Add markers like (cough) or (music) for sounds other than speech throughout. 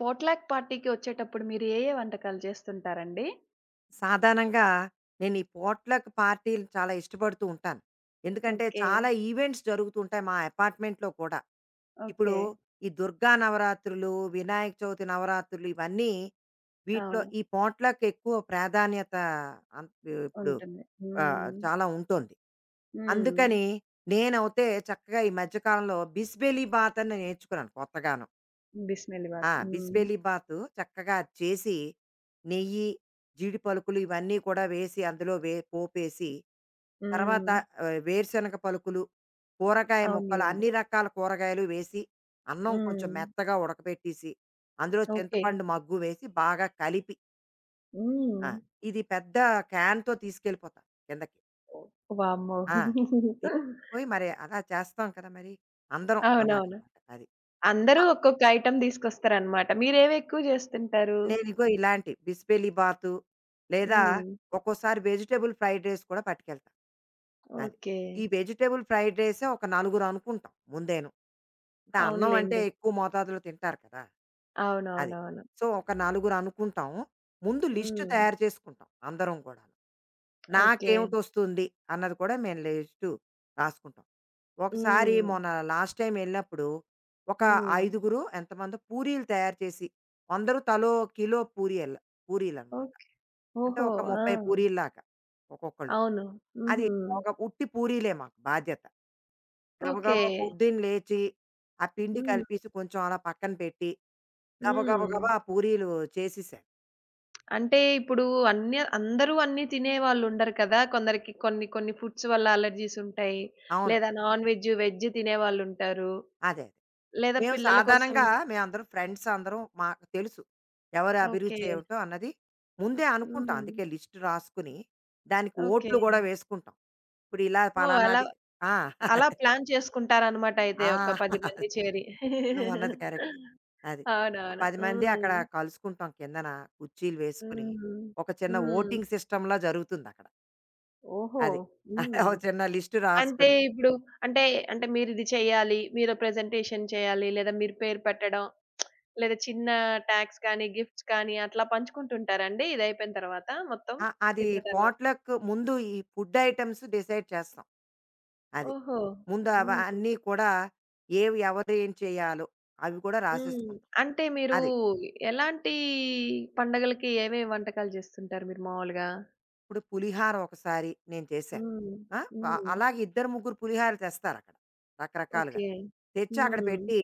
పోట్‌లాక్ పార్టీకి వచ్చేటప్పుడు మీరు ఏ వంటకాలు చేస్తుంటారండి? సాధారణంగా నేను ఈ పోట్లక్ పార్టీలు చాలా ఇష్టపడుతూ ఉంటాను. ఎందుకంటే ఓకే. చాలా ఈవెంట్స్ జరుగుతూ ఉంటాయి మా అపార్ట్మెంట్‌లో కూడా. ఇప్పుడు ఓకే. ఈ దుర్గా నవరాత్రులు, వినాయక చవితి నవరాత్రులు ఇవన్నీ వీటిలో అవును. ఈ పోట్లక్ ఎక్కువ ప్రాధాన్యత అన్ ఇప్పుడు ఉంటుంది. హ్మ్. చాలా ఉంటుంది. హ్మ్. అందుకని నేనైతే చక్కగా ఈ మధ్య కాలంలో బిస్బెలి బాత్ అని నేర్చుకున్నాను కొత్తగాను. బిస్మిల్లి బాత్. హ్మ్. బిస్బేలి బాతు చక్కగా చేసి, నెయ్యి, జీడి పలుకులు ఇవన్నీ కూడా వేసి అందులో పోపేసి, తర్వాత హ్మ్. వేరుశనగ పలుకులు, కూరగాయ ముక్కలు అవునులెండి. అన్ని రకాల కూరగాయలు వేసి, అన్నం కొంచెం హ్మ్. మెత్తగా ఉడకబెట్టేసి, అందులో ఓకే. చింతపండు మగ్గు వేసి బాగా కలిపి హ్మ్. ఆ! ఇది పెద్ద క్యాన్‌తో తీసుకెళ్ళిపోతా కిందకి. వామ్మో! ఆ! తీసుకెళ్ళిపోయి మరి అలా చేస్తాం కదా మరి. అందరం అవునవును. అలాగనమాట అది. అందరూ ఒక్కొక్క ఐటెమ్ తీసుకొస్తారనమాట. మీరేవి ఎక్కువ చేస్తుంటారు? నేనిగో ఇలాంటి బిస్బెలి బాతు లేదా హ్మ్. ఒక్కోసారి వెజిటబుల్ ఫ్రైడ్ రైస్ కూడా పట్టుకెళ్తా. అది. ఓకే. ఈ వెజిటబుల్ ఫ్రైడ్ రైసే ఒక నలుగురు అనుకుంటాం ముందేను. అంటే అన్నం అంటే అవునులెండి. ఎక్కువ మోతాదులో తింటారు కదా! అది. అవునవునవును. సో, ఒక నలుగురు అనుకుంటాం. ముందు లిస్ట్ హ్మ్. తయారు చేసుకుంటాం అందరం కూడాను. ఓకే. నాకేమిటొస్తుంది అన్నది కూడా మేము లిస్టు రాసుకుంటాం. ఒకసారి హ్మ్. మొన్న లాస్ట్ టైమ్ ఎళ్ళినప్పుడు ఒక హ్మ్. ఐదుగురు ఎంతమందో పూరీలు తయారు చేసి అందరూ తలో కిలో పూరియల్ పూరీలనమాట. ఓకే. అంటే ఓహో! ఒక ఆ! 30 పూరీల్లాగా ఒక్కొక్కళ్ళు. అవును. అది హుహు. ఒక ఉట్టి పూరీలే మాకు బాధ్యత. ఓకే. గబగబా పొద్దున్న లేచి, ఆ పిండి హ్మ్. కలిపేసి కొంచెం అలా పక్కన పెట్టి గబగబ హ్మ్. గబా పూరీలు చేసేసారు. అంటే ఇప్పుడు అన్ని అందరూ అన్నీ తినేవాళ్ళుండరు కదా! కొందరికి కొన్ని కొన్ని ఫుడ్స్ వల్ల అలర్జీస్ ఉంటాయి. అవును. లేదా నాన్ వెజ్, వెజ్ తినేవాళ్ళుంటారు. అదే. అదే. లేదా మేము పిల్లల కోసం సాధారణంగా మేమందరం ఫ్రెండ్స్ అందరం మాకు తెలుసు. ఎవరి ఓకే. అభిరుచి ఏమిటో అన్నది ముందే అనుకుంటాం. హ్మ్. అందుకే లిస్ట్ రాసుకుని, దానికి ఓకే. ఓట్లు గూడా వేసుకుంటాం. ఇప్పుడు ఇలా ఓహ్! అలా పలానాది ఆ! అలా (laughs) ప్లాన్ చేసుకుంటారనమాట ఆ! అయితే ఒక 10 మంది చేరి. నువ్వన్నది కరెక్ట్. అది. అవునవును. 10 మంది అక్కడ హ్మ్. కలుసుకుంటాం కిందన కుర్చీలు వేసుకుని. హ్మ్. ఒక చిన్న హ్మ్. ఓటింగ్ సిస్టమ్‌లా జరుగుతుందక్కడ. ఓహో! అది. (laughs) హ్మ్. ఓ చిన్న లిస్ట్ అంటే రాసుకుని ఇప్పుడు అంటే, అంటే, మీరిది చేయాలి. మీరు ప్రెజెంటేషన్ చేయాలి. లేదా మీరు పేరు పెట్టడం. లేదా చిన్న టాగ్స్ కానీ, గిఫ్ట్స్ కానీ అట్లా పంచుకుంటుంటారా అండి? ఇదయిపోయిన తర్వాత మొత్తం అది తిన్న తర్వాత? పాట్‌లక్ ముందు ఈ ఫుడ్ ఐటెమ్స్ డిసైడ్ చేస్తాం. అది. ఓహో! ముందు హ్మ్. అన్నీ కూడా ఏవి ఎవరు ఏం చేయాలో అవి కూడా హ్మ్. రాసేసుకుంటాం. అంటే మీరు అది. ఎలాంటి పండగలకి ఏమేమి వంటకాలు జేస్తుంటారు మీరు మామూలుగా? ఇప్పుడు పులిహార ఒకసారి నేను చేశాను. హ్మ్. ఆ! వ హ్మ్. అలాగే ఇద్దరు, ముగ్గురు పులిహారలు తెస్తారక్కడ. రకరకాలుగా. ఓకే. తెచ్చి అక్కడ హ్మ్. పెట్టి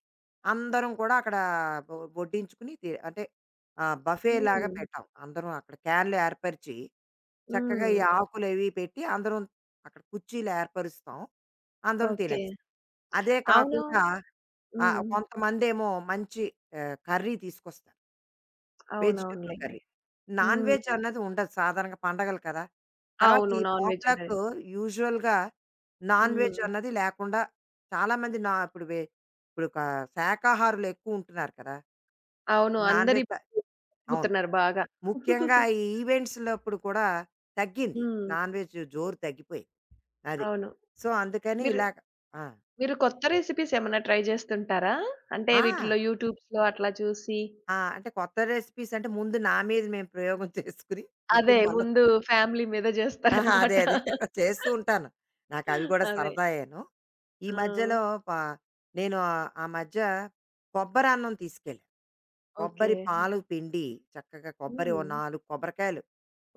అందరం కూడా అక్కడ వడ్డించుకుని అంటే బఫేలాగా హ్మ్. పెట్టాం. అందరం అక్కడ క్యాన్లు ఏర్పరిచి చక్కగా హ్మ్. ఈ ఆకులవి పెట్టి అందరం అక్కడ కుర్చీలు ఏర్పరుస్తాం. అందరం ఓకే. తినేస్తాం. అదే అవును. కాకుండా హ్మ్. కొంతమందేమో మంచి కర్రీ తీసుకొస్తారు. వెజిటబుల్ అవునవునులెండి. కర్రీ. నాన్ వెజ్ హ్మ్. అన్నది ఉండదు సాధారణంగా పండగలు కదా! తర్వాత అవును. ఈ నాన్ వెజ్ పాట్‌లక్ ఉంటది. యూజువల్‌గా నాన్ వెజ్ హ్మ్. అన్నది లేకుండా చాలామంది నా ఇప్పుడు ఇప్పుడు శాకాహారులు ఎక్కువ ఉంటున్నారు కదా! అవును. నాన్ వెజ్ అందరిప్పుడు అవును. పోతున్నారు (laughs) బాగా. ముఖ్యంగా ఈ ఈవెంట్స్‌లప్పుడు కూడా తగ్గింది. హ్మ్. నాన్ వెజ్ జోరు తగ్గిపోయింది. అది. అవును. సో, అందుకని మీరు ఇలాగ ఆ! మీరు కొత్త రెసిపీస్ ఏమన్నా ట్రై చేస్తుంటారా? అంటే ఆ! వీటిలో యూట్యూబ్స్‌లో అట్లా చూసి ఆ! అంటే కొత్త రెసిపీస్ అంటే ముందు నా మీద మేము ప్రయోగం చేసుకుని అదే కుటుంబంలో ముందు ఫ్యామిలీ మీద అదే. చేస్తారనమాట. అదే. (laughs) చేస్తూ ఉంటాను. నాకవి గూడా అదే. సరదాయేను. ఈ ఆ! మధ్యలో ప నేను ఆ మధ్య కొబ్బరన్నం తీసుకెళ్ళా. ఓకే. కొబ్బరి పాలు పిండి చక్కగా కొబ్బరి ఓ హ్మ్. 4 కొబ్బరికాయలు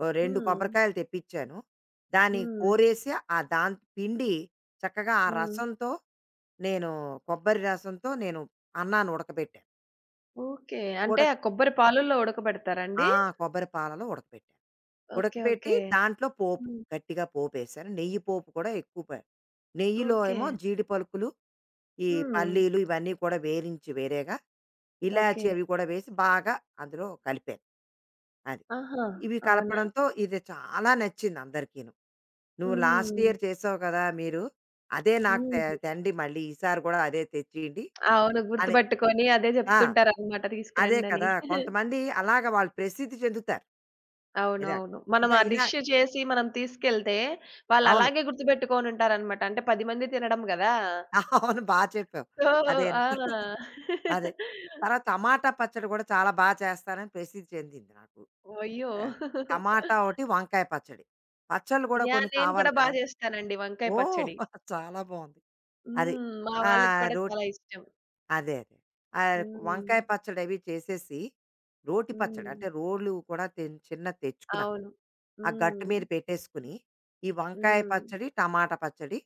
ఓ 2 హ్మ్. కొబ్బరికాయలు తెప్పిచ్చాను. దాన్ని హ్మ్. కోరేసి ఆ పిండి చక్కగా ఆ హ్మ్. రసంతో నేను కొబ్బరి రసంతో నేను అన్నాన్ని ఉడకబెట్టాను. ఓకే. అంటే ఉడక ఆ కొబ్బరి పాలల్లో ఉడకబెడతారా ఆ! అండి? కొబ్బరి పాలలో ఉడకబెట్టాను. ఓకే. ఉడకపెట్టి ఓకే. దాంట్లో పోపు హ్మ్. గట్టిగా పోపేశాను. నెయ్యి పోపు కూడా ఎక్కువ నెయ్యిలో ఓకే. ఏమో జీడి పలుకులు, ఈ హ్మ్. పల్లీలు ఇవన్నీ కూడా వేరించి వేరేగా, ఇలాచి ఓకే. అవి కూడా వేసి బాగా అందులో కలిపాను. అది. ఆహా! ఇవి అవునా? కలపడంతో ఇది చాలా నచ్చింది అందరికీను. "నువ్వు లాస్ట్ హ్మ్. ఇయర్ చేసావు కదా మీరు, అదే నాకు హ్మ్. తెండి మళ్ళీ ఈసారి కూడా అదే తెచ్చియండి" అవును. అని. గుర్తుబట్టుకొని అదే ఆ! జెప్తుంటారనమాట అదే తీసుకురండని. కదా! కొంతమంది అలాగా వాళ్ళు ప్రసిద్ధి చెందుతారు. ఇలా. అవునవును. మనం ఇంకా ఆ ఇలా డిష్ చేసి మనం తీసుకెళ్తే అవును. వాళ్ళలాగే గుర్తుపెట్టుకొనుంటారనమాట. అంటే 10 మంది తినడం గదా! అవును. బా చెప్పావు. సో అదేను. ఆ! అదే. తర్వాత టమాటా పచ్చడి కూడా చాలా బా చేస్తారని ప్రసిద్ధి చెందింది నాకు. అయ్యో! ఆ! టమాటా ఒకటి, వంకాయ పచ్చడి. పచ్చళ్ళు కూడా యాహ్! కొన్ని నేను కావాలి కూడా బా కదా! జేస్తానండి వంకాయ ఓహ్! పచ్చడి. (laughs) చాలా బావుంది. అది. హ్మ్. మా వాళ్ళకి ఆహ్, కూడా రోట్ చాలా ఇష్టం. అదే. అదే. ఆహ్, హ్మ్. వంకాయ పచ్చడి అవి చేసేసి, రోటి పచ్చడి హ్మ్. అంటే రోలు కూడా చిన్నది తెచ్చుకున్నాను. అవును. ఆ గట్టు హ్మ్. మీద పెట్టేసుకుని, ఈ వంకాయ హ్మ్. పచ్చడి, టమాటా పచ్చడి,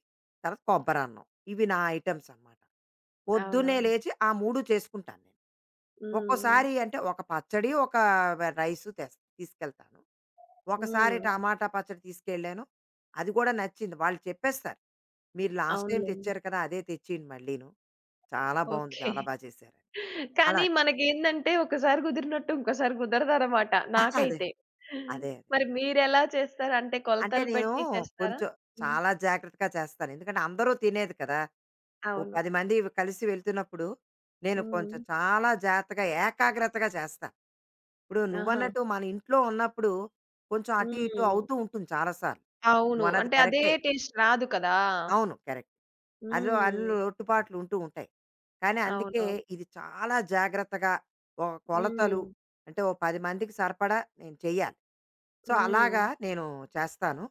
తర్వాత కొబ్బరన్నం. ఇవి నా ఐటెమ్స్ అన్నమాట. పొద్దున్నే అవునవును. లేచి ఆ 3 చేసుకుంటాను నేను. హ్మ్. ఒక్కోసారి అంటే ఒక పచ్చడి, ఒక రైసు తెస్ తీసుకెళ్తాను. ఒకసారి హ్మ్. టమాటా పచ్చడి తీసుకెళ్ళాను. అది కూడా నచ్చింది. వాళ్ళు చెప్పేస్తారు. "మీరు లాస్ట్ టైమ్ అవునులెండి. తెచ్చారు కదా! అదే తెచ్చేయండి మళ్ళీను. చాలా బావుంది. ఓకే. చాలా బా చేశారని." అలా కానీ మనకేందంటే ఒకసారి కుదిరినట్టు ఇంకోసారి కుదరదనమాట (laughs) అదే. నాకైతే. అదే. అదే. మరి మీరెలా చేస్తారు? అంటే అంటే కొలతలు నేను పెట్టి చేస్తారా? కొంచెం హ్మ్. చాలా జాగ్రత్తగా చేస్తాను. ఎందుకంటే అందరూ తినేది కదా! ఓ అవును. 10 మంది కలిసి వెళ్తున్నప్పుడు, నేను హ్మ్. కొంచెం చాలా జాగ్రత్తగా, ఏకాగ్రతగా చేస్తా. ఇప్పుడు ఆహా! నువ్వన్నట్టు మన ఇంట్లో ఉన్నప్పుడు, కొంచెం అటు, ఇటు హ్మ్. అవుతూ ఉంటుంది చాలా సార్లు. అవును. నువ్వన్నది అంటే అదే కరెక్టే. టేస్ట్ రాదు కదా! అవును. కరెక్ట్. అందులో అందులో హ్మ్. లోటుపాట్లు ఉంటూ ఉంటాయి. కానీ అందుకే అవునవును. ఇది చాలా జాగ్రత్తగా ఒక కొలతలు హ్మ్. అంటే ఓ 10 మందికి సరిపడా నేను చెయ్యాలి. సో, హ్మ్. అలాగా నేను చేస్తాను.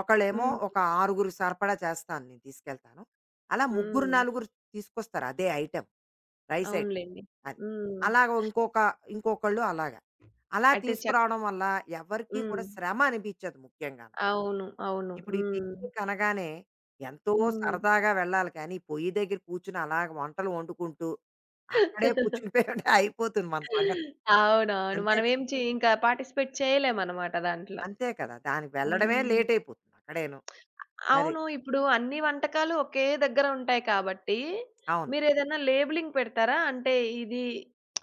ఒకళ్ళేమో హ్మ్. ఒక ఆరుగురు సరిపడా చేస్తాను నేను తీసుకెళ్తాను. అలా ముగ్గురు, హ్మ్. నలుగురు తీసుకొస్తారు అదే ఐటెమ్. Rice item. అవునులెండి. అది. హ్మ్. అలాగ ఇంకొక ఇంకొకళ్ళు అలాగా. అలా అయితే చక్ తీసుకురావడం వల్ల ఎవరికీ హ్మ్. కూడా శ్రమ అనిపించదు ముఖ్యంగాను. అవును. అవును. ఇప్పుడు ఈ హ్మ్. పిక్నిక్ అనగానే ఎంతో హ్మ్. సరదాగా వెళ్ళాలి కానీ పొయ్యి దగ్గర కూర్చుని అలాగ వంటలు వండుకుంటూ అక్కడే (laughs) కూర్చునిపోయి ఉంటే (laughs) అయిపోతుంది మన సంగతి. అవునవును. అంతే కదా! మనమేం చే ఇంకా పార్టిసిపేట్ చేయలేమనమాట దాంట్లో. అంతే కదా! దానికి వెళ్ళడమే హ్మ్. లేట్ అయిపోతుంది అక్కడేను. అది. అవును. ఇప్పుడు అన్ని వంటకాలు ఒకే దగ్గర ఉంటాయి కాబట్టి, అవును. మీరేదైనా లేబులింగ్ పెడతారా? అంటే ఇది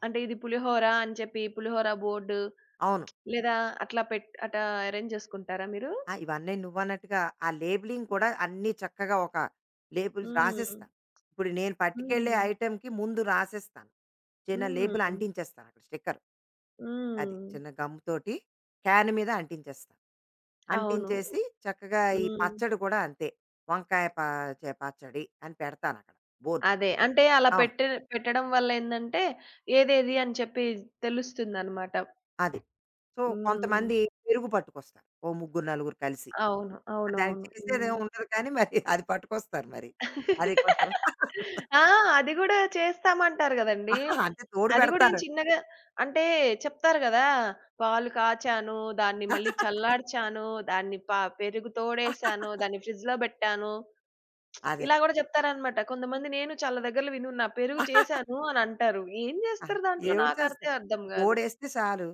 అంటే ఇది పులిహోర అని చెప్పి పులిహోర బోర్డు అవును. లేదా అట్లా పెట్ అటా అరేంజ్ చేసుకుంటారా మీరు? ఇవన్నీ నువ్వన్నట్టుగా ఆ లేబులింగ్ కూడా అన్నీ చక్కగా ఒక లేబుల్స్ హ్మ్. రాసేస్తాను. ఇప్పుడు నేను పట్టుకెళ్ళే హ్మ్. ఐటెమ్‌కి ముందు రాసేస్తాను. చిన్న లేబుల్ హ్మ్. అంటించేస్తాను అక్కడ స్టిక్కర్. అది. హ్మ్. చిన్న గమ్‌తోటి క్యాన్ మీద అంటించేస్తాను. అవును. అంటించేసి చక్కగా ఈ హ్మ్. పచ్చడి కూడా అంతే. వంకాయ ప చే పచ్చడి అని పెడతానక్కడ బోర్డు. అదే. అంటే అలా అవును. పెట్టె పెట్టడం వల్ల ఏందంటే, ఏదేది అని చెప్పి తెలుస్తుందనమాట. అది. సో, హ్మ్. కొంతమంది పెరుగు పట్టుకొస్తారు. ఓ ముగ్గురు, నలుగురు కలిసి. అవును. దానికి అవునవును. చేసేదేమి హ్మ్. ఉండదు కానీ మరి అది పట్టుకొస్తారు మరి. అది కొంచెం (laughs) ఆ! అది గూడా చేస్తామంటారు గదండీ! అహా! అంటే తోడు అది గూడా ఏం పెడతారు. చిన్నగా అంటే చెప్తారు గదా! పాలు కాచాను, దాన్ని మళ్ళీ చల్లార్చాను, దాన్ని పా పెరుగు తోడేసాను, దాన్ని ఫ్రిడ్జ్‌లో బెట్టాను. అదే. ఇలా గూడా జెప్తారనమాట. కొంతమంది నేను చాలా దగ్గరలో వినున్నా. పెరుగు చేశాను అనంటారు. ఏం అది జేస్తారు దాంట్లో ఏవిడ చేస్తాం. నాకైతే అర్థం గాదు. తోడేస్తే చాలు.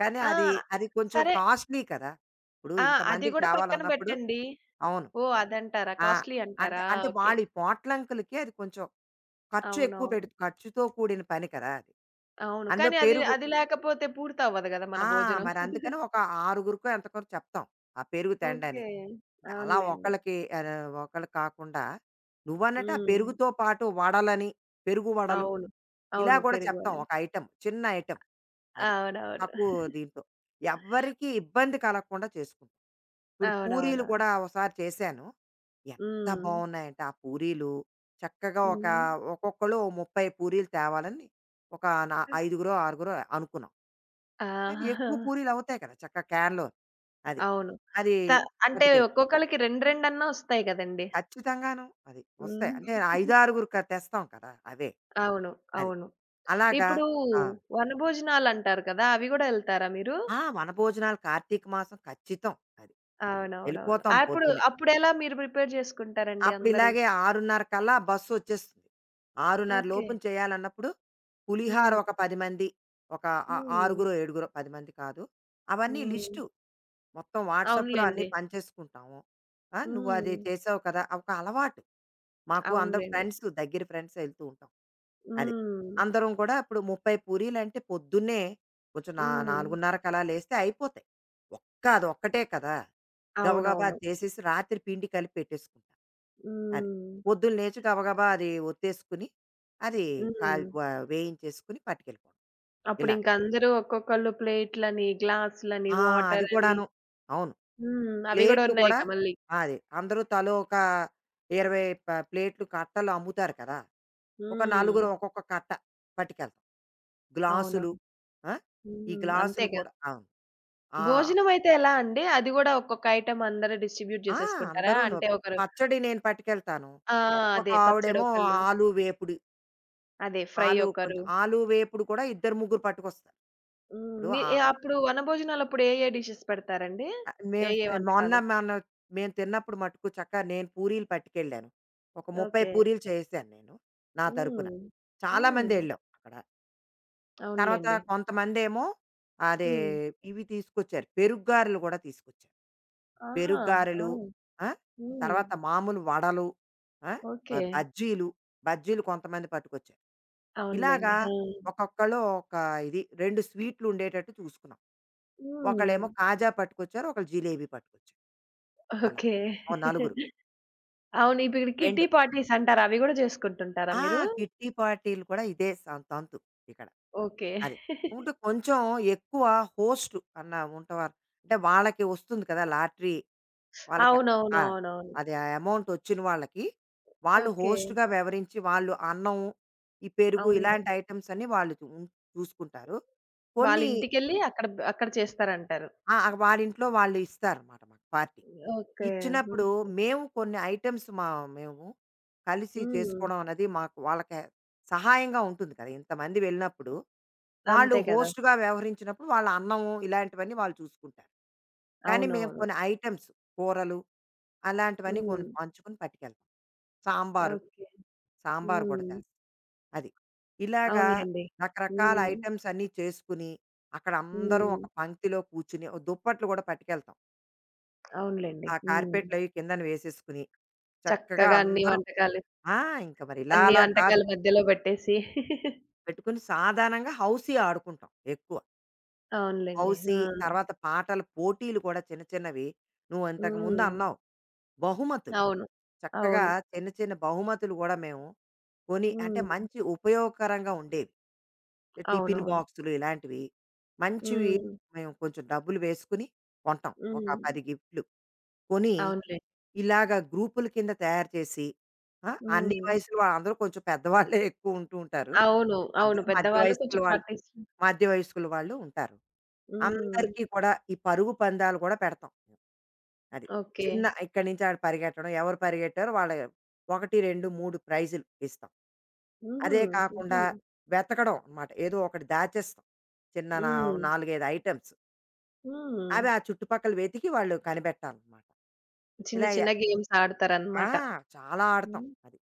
కానీ అది, ఆ! అది కొంచెం సరే. కాస్ట్‌లీ కదా! ఇప్పుడు ఆ! అది ఇంతమందికి గూడా పక్కన తేవాలన్నప్పుడు బెట్టండి. అవును. ఓహ్! అదంటారా? ఆ! కాస్ట్‌లీ అంటే, అంటారా? అంటే ఓకే. వాళ్ళు ఈ పోట్లంకులకి అది కొంచెం ఖర్చు ఎక్కువ అవునవును. పెడు ఖర్చుతో కూడిన పని కదా! అది. అవును. అందులో కానీ అది పెరుగు అది లేకపోతే పూర్తవ్వదు గదా! మన ఆ! భోజనం. మరందుకని ఒక ఆరుగురికో ఎంతకొ చెప్తాం. ఆ పెరుగు తెండని. ఓకే. అలా అవునులెండి. ఒకళ్ళకి ఒకళ్ళకి కాకుండా నువ్వన్నట్టు ఆ హ్మ్. పెరుగుతో పాటు వడలని, పెరుగు వడలు అవును. ఇలా అవును. గూడా పెరుగు చెప్తాం అన్నం. ఒక ఐటెమ్. చిన్న ఐటెమ్ అది. అవునవును. తక్కువ దీంతో. ఎవ్వరికీ ఇబ్బంది కలగకుండా చేసుకుంటాం. ఇప్పుడు పూరీలు అవునవునవును. కూడా ఒకసారి చేశాను. ఎంత హ్మ్. బావున్నాయంటే ఆ పూరీలు చక్కగా ఒక హ్మ్. ఒక్కొక్కళ్ళు ఓ 30 పూరీలు తేవాలని ఒక నా ఐదుగురో, ఆరుగురో అనుకున్నాం. ఆ! కానీ ఎక్కువ పూరీలవుతాయి కదా! చక్కగా క్యాన్‌లో. అది. అవును. అది త అంటే పట్టుకెళ్ళిపో ఒక్కొక్కళ్ళకి 2, 2 అన్నా ఒస్తాయి గదండీ. ఖచ్చితంగాను. అది. వస్తాయి. హ్మ్. అంటే 5, 6 తెస్తాం కదా! అవే. అవును. అది. అవును. అలాగా ఇప్పుడు ఆ! వనభోజనాలంటారు కదా! అవి గూడా ఎళ్తారా మీరు? ఆ! వనభోజనాలు కార్తీక మాసం ఖచ్చితం. అది. అవునవునవును. వెళ్ళిపోతాం అప్పుడు పొద్దున్నే. అప్పుడెలా మీరు ప్రిపేర్ జేసుకుంటారండి అప్పుడు అందరూ? ఇలాగే 6:30 కల్లా బస్సొచ్చేస్తుంది. 6:30 ఓకే. లోపున చేయాలన్నప్పుడు పులిహార హ్మ్. ఒక 10 మంది, ఒక ఆ హ్మ్. ఆరుగురో, ఏడుగురో 10 మంది కాదు. అవన్నీ హ్మ్. లిస్టు. మొత్తం వాట్సాప్‌లో అన్నీ అవునులెండి. పంచేసుకుంటాము. నువ్వు అది హ్మ్. చేసావు కదా! ఒక అలవాటు. మాకు అందరం అవునులెండి. ఫ్రెండ్స్ ఎళ్తూ ఉంటాం. అది. హ్మ్. అందరం కూడా ఇప్పుడు 30 పూరీలంటే పొద్దున్నే కొంచెం నా హ్మ్. 4:30కి అలా లేస్తే అయిపోతాయి. ఒక్క అదొక్కటే కదా! గబగబా అవునవును. చేసేసి రాత్రి పిండి కలిపి పెట్టేసుకుంటా. అది. హ్మ్. పొద్దున్న లేచి గబగబా అది ఒత్తేసుకుని, అది హ్మ్. కాల్ వ వేయించేసుకుని పట్టుకెళ్ళిపోవడం ఇలా. అప్పుడింక అందరూ ఒక్కొక్కళ్ళు ప్లేట్‌లని, గ్లాసులని, ఆ! అది వాటరని కూడాను. అవును. హ్మ్. అవి గూడా ప్లేట్లు కూడా ఉన్నాయిగా మళ్ళీ. అది. అందరూ తలో ఒక 20 ప్లేట్లు, కట్టలు అమ్ముతారు కదా! ఒక హ్మ్. నలుగురం ఒక్కొక్క కట్ట పట్టుకెళ్తాం. గ్లాసులు. అవునవును. ఆ! ఈ హ్మ్. గ్లాసులు అంతేగా. కూడా అవును. ఆహ్, భోజనం అయితే ఎలా అండి? అది గూడా ఒక్కొక్క ఐటెమ్ అందరూ డిస్ట్రిబ్యూట్ ఆ! జేసేసుకుంటారా? అందరూను అంటే ఇప్పుడు ఒకరు పచ్చడి నేను పట్టుకెళ్తాను. ఆ! ఒక అదే ఆవిడేమో పచ్చడొకళ్ళు, ఆలు వేపుడు. అదే ఫ్రై ఒకరు ఆలు వేపుడు కూడా ఇద్దరు, ముగ్గురు పట్టుకొస్తారు. హ్మ్. ఇప్పుడు మీ ఆ ఏ అప్పుడు వనభోజనాలప్పుడు ఏ డిషెస్ పెడతారండి? ఆ! ఏ, మేము స్ ఏ మొన్న వంటకాలు? మేము తిన్నప్పుడు మటుకు చక్కగా నేను పూరీలు పట్టుకెళ్ళాను. ఒక 30 ఓకే. పూరీలు చేశాను నేను. నా తరపున. హ్మ్. చాలా హ్మ్. మందెళ్ళాం అక్కడ. తర్వాత అవునులెండి. కొంతమందేమో అదే హ్మ్. ఇవి తీసుకొచ్చారు. పెరుగ్గారెలు గూడా తీసుకొచ్చారు. ఆహా! ఆ! పెరుగ్గారెలు ఆ! హ్మ్. తర్వాత మామూలు వడలు, ఆ! బ ఓకే. బజ్జీలు, బజ్జీలు కొంతమంది పట్టుకొచ్చారు. అవునులెండి. ఇలాగా ఆ! ఒక్కొక్కళ్ళు ఒక ఇది 2 స్వీట్లుండేటట్టు చూసుకున్నాం. హ్మ్. ఒకళ్ళేమో కాజా పట్టుకొచ్చారు. ఒకళ్ళు జిలేబీ పట్టుకొచ్చారు. అలా. ఓకే. ఓ నలుగురు. అవును. ఇప్పుడు కిట్టి 2 పార్టీస్ అంటారు. అవి గూడా జేసుకుంటుంటారా ఆ! మీరు? కిట్టి పార్టీలు కూడా ఇదే తంతు ఇక్కడ. ఓకే. అది. ఉంటే కొంచెం ఎక్కువ హోస్ట్ అన్న ఉంటవారు. అంటే వాళ్ళకి వస్తుంది కదా! లాటరీ వాళ్ళకి ఆ! అవునవునవునవును. అది ఆ అమౌంట్ వచ్చిన వాళ్ళకి, వాళ్ళు ఓకే. హోస్ట్‌గా వ్యవరించి వాళ్ళు అన్నం, ఈ పెరుగు ఇలాంటి అవునులెండి. ఐటెమ్స్ అన్నీ వాళ్ళు చూసుకుంటారు. వాళ్ళ కొన్ని ఇంటికెళ్ళి అక్కడ బ్ అక్కడ చేస్తారంటారు. ఆ! అ వారింట్లో వాళ్ళు ఇస్తారనమాట మాకు పార్టీ. ఓకే. హుహు. ఇచ్చినప్పుడు మేము కొన్ని ఐటెమ్స్ మేము కలిసి హ్మ్. చేసుకోవడం అనేది మాకు వాళ్ళకి సహాయంగా ఉంటుంది కదా! ఇంతమంది వెళ్ళినప్పుడు. వాళ్ళు అంతే కదా! హోస్ట్‌గా వ్యవహరించినప్పుడు వాళ్ళ అన్నం ఇలాంటివన్నీ వాళ్ళు చూసుకుంటారు. కానీ మేము అవునవును. కొన్ని ఐటెమ్స్ కూరలు అలాంటివన్నీ కొన్ని హ్మ్. పంచుకొని పట్టుకెళ్తాం. సాంబారు. ఓకే. సాంబారు కూడా హ్మ్. చేస్తాం. అది. ఇలాగా అవునులెండి. రకరకాల హ్మ్. ఐటెమ్స్ అన్నీ చేసుకుని అక్కడ అందరం హ్మ్. ఒక పంక్తిలో కూర్చుని ఓ దుప్పట్లు కూడా పట్టుకెళ్తాం. అవునులెండి. ఆ హ్మ్. కార్పెట్లు అవి కిందన వేసేసుకుని చక్కగా చక్కగా అన్ని అందరం వంటకాలు, ఆ! ఇంక మరి ఇలా అన్ని అలా కాదు. వంటకాల మధ్యలో పెట్టేసి (laughs) పెట్టుకుని సాధారణంగా హౌసీ ఆడుకుంటాం ఎక్కువ. అవునులెండి. హౌసీ ఆ! తర్వాత పాటల పోటీలు కూడా చిన్న చిన్నవి నువ్వు ఇంతకుముందు హ్మ్. అన్నావు. బహుమతులు. అవును. చక్కగా అవును. చిన్న చిన్న బహుమతులు కూడా మేము కొని అంటే హ్మ్. మంచి ఉపయోగకరంగా ఉండేవి. టిఫిన్ అవునవును. బాక్సులు ఇలాంటివి మంచివి హ్మ్. మేము కొంచెం డబ్బులు వేసుకుని కొంటాం. ఒక హ్మ్. 10 గిఫ్ట్లు. కొని అవునులే. ఇలాగ గ్రూపుల కింద తయారు చేసి, ఆ! అన్ని హ్మ్. వయసులు వాళ్ళందరూ కొంచెం పెద్దవాళ్ళే ఎక్కువ ఉంటూ ఉంటారు. అవును. అవును. అందరూ మధ్య పెద్దవాళ్ళు వయస్కుల కొంచెం వాళ్ళు పాటిస్ మధ్య వయస్కుల వాళ్ళు ఉంటారు. హ్మ్. అందరికీ కూడా ఈ పరుగు పందాలు కూడా పెడతాం. మేము. అది. ఓకే. చిన్న ఇక్కడి నుంచి ఆడ పరిగెట్టడం, ఎవరు పరిగెట్టారో వాళ్ళ 1, 2, 3 ప్రైజులు ఇస్తాం. హుహు. అదే హుహు. కాకుండా వెతకడం అన్నమాట. ఏదో ఒకటి దాచేస్తాం. చిన్న నా హ్మ్. 4, 5 ఐటెమ్స్. హ్మ్. అవి ఆ చుట్టుపక్కల వెతికి వాళ్ళు కనిపెట్టాలన్నమాట. చిన్న ఇలా చిన్న గేమ్స్ ఆ! ఆడతారనమాట. చాలా ఆడతాం హ్మ్. అది.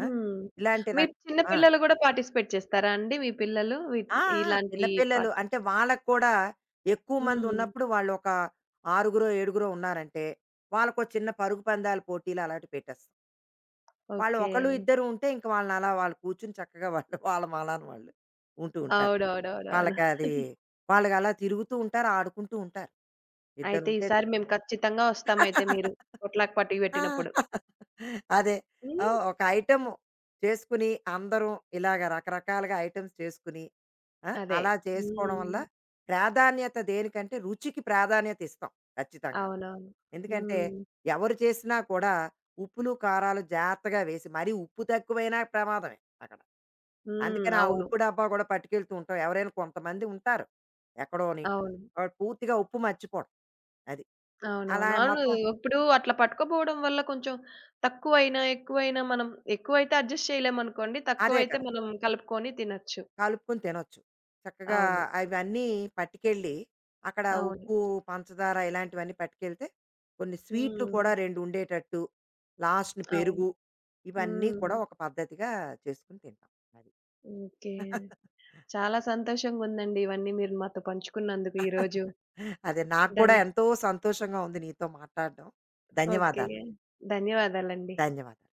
ఆ! ఇలాంటి మీ రక చిన్న ఆ! పిల్లలు గూడా పార్టిసిపేట్ చేస్తారా అండి? మీ పిల్లలు వీట్ ఆ! ఆ! ఇలాంటి చిన్నపిల్లలు పార్టీ అంటే వాళ్ళకి కూడా ఎక్కువ హ్మ్. మందున్నప్పుడు వాళ్ళొక ఆరుగురో, ఏడుగురో ఉన్నారంటే వాళ్ళకో చిన్న పరుగు పందాల పోటీలు అలాంటివి పెట్టేస్తాం. వాళ్ళు ఓకే. ఒకళ్ళు, ఇద్దరు ఉంటే ఇంక వాళ్ళనలా వాళ్ళు కూర్చొని చక్కగా వాళ్ళు వాళ్ళ మాలాన వాళ్ళు ఉంటూ ఉంటారు. అవునవునవునవును. వాళ్ళకది వాళ్ళకలా తిరుగుతూ ఉంటారు, ఆడుకుంటూ ఉంటారు. అయితే ఇద్దరుంటే ఈసారి చాలు. మేము ఖచ్చితంగా వస్తామయితే మీరు (laughs) పొట్లాక్ పార్టీ ఆ! పెట్టినప్పుడు. (laughs) అదే. హ్మ్. ఒక ఐటెము చేసుకుని అందరం ఇలాగ రకరకాలుగా ఐటెమ్స్ చేసుకుని ఆ! అదే. అలా చేసుకోవడం వల్ల హ్మ్. ప్రాధాన్యత దేనికంటే రుచికి ప్రాధాన్యత ఇస్తాం ఖచ్చితంగాను. అవునవును. ఎందుకంటే హ్మ్. ఎవరు చేసినా కూడా ఉప్పులు, కారాలు జాగ్రత్తగా వేసి మరీ ఉప్పు తక్కువైనా ప్రమాదమే అక్కడ. హ్మ్. అందుకని ఆ అవును. ఉప్పు డబ్బా కూడా పట్టుకెళ్తూ ఉంటాం. ఎవరైనా కొంతమంది ఉంటారు ఎక్కడోని. అవును. వాళ్ళు పూర్తిగా ఉప్పు మర్చిపోవడం అది. అలా అవునవును. అవును. మొత్తం ఇప్పుడు అట్లా పట్టుకుపోవడం వల్ల కొంచెం తక్కువైనా, ఎక్కువైనా మనం ఎక్కువైతే అడ్జస్ట్ చేయలేమనుకోండి. అదే తక్కువైతే కదా! మనం కలుపుకొని తినొచ్చు. కలుపుకొని తినొచ్చు. చక్కగా అవును. అవన్నీ పట్టుకెళ్ళి, అక్కడ అవును. ఉప్పు, పంచదార ఇలాంటివన్నీ పట్టుకెళ్తే, కొన్ని స్వీట్లు హ్మ్. కూడా 2 ఉండేటట్టు, లాస్ట్‌న అవును. పెరుగు, ఇవన్నీ హ్మ్. కూడా ఒక పద్ధతిగా చేసుకొని తింటాం. అది. ఓకే. చాలా సంతోషంగుందండి ఇవన్నీ మీరు మాతో పంచుకున్నందుకు ఈరోజు. (laughs) అదే నాకు కూడా ధన్య ఎంతో సంతోషంగా ఉంది నీతో మాట్లాడడం. ఓకే. ధన్యవాదాలు. ధన్యవాదాలండి. ధన్యవాదాలు.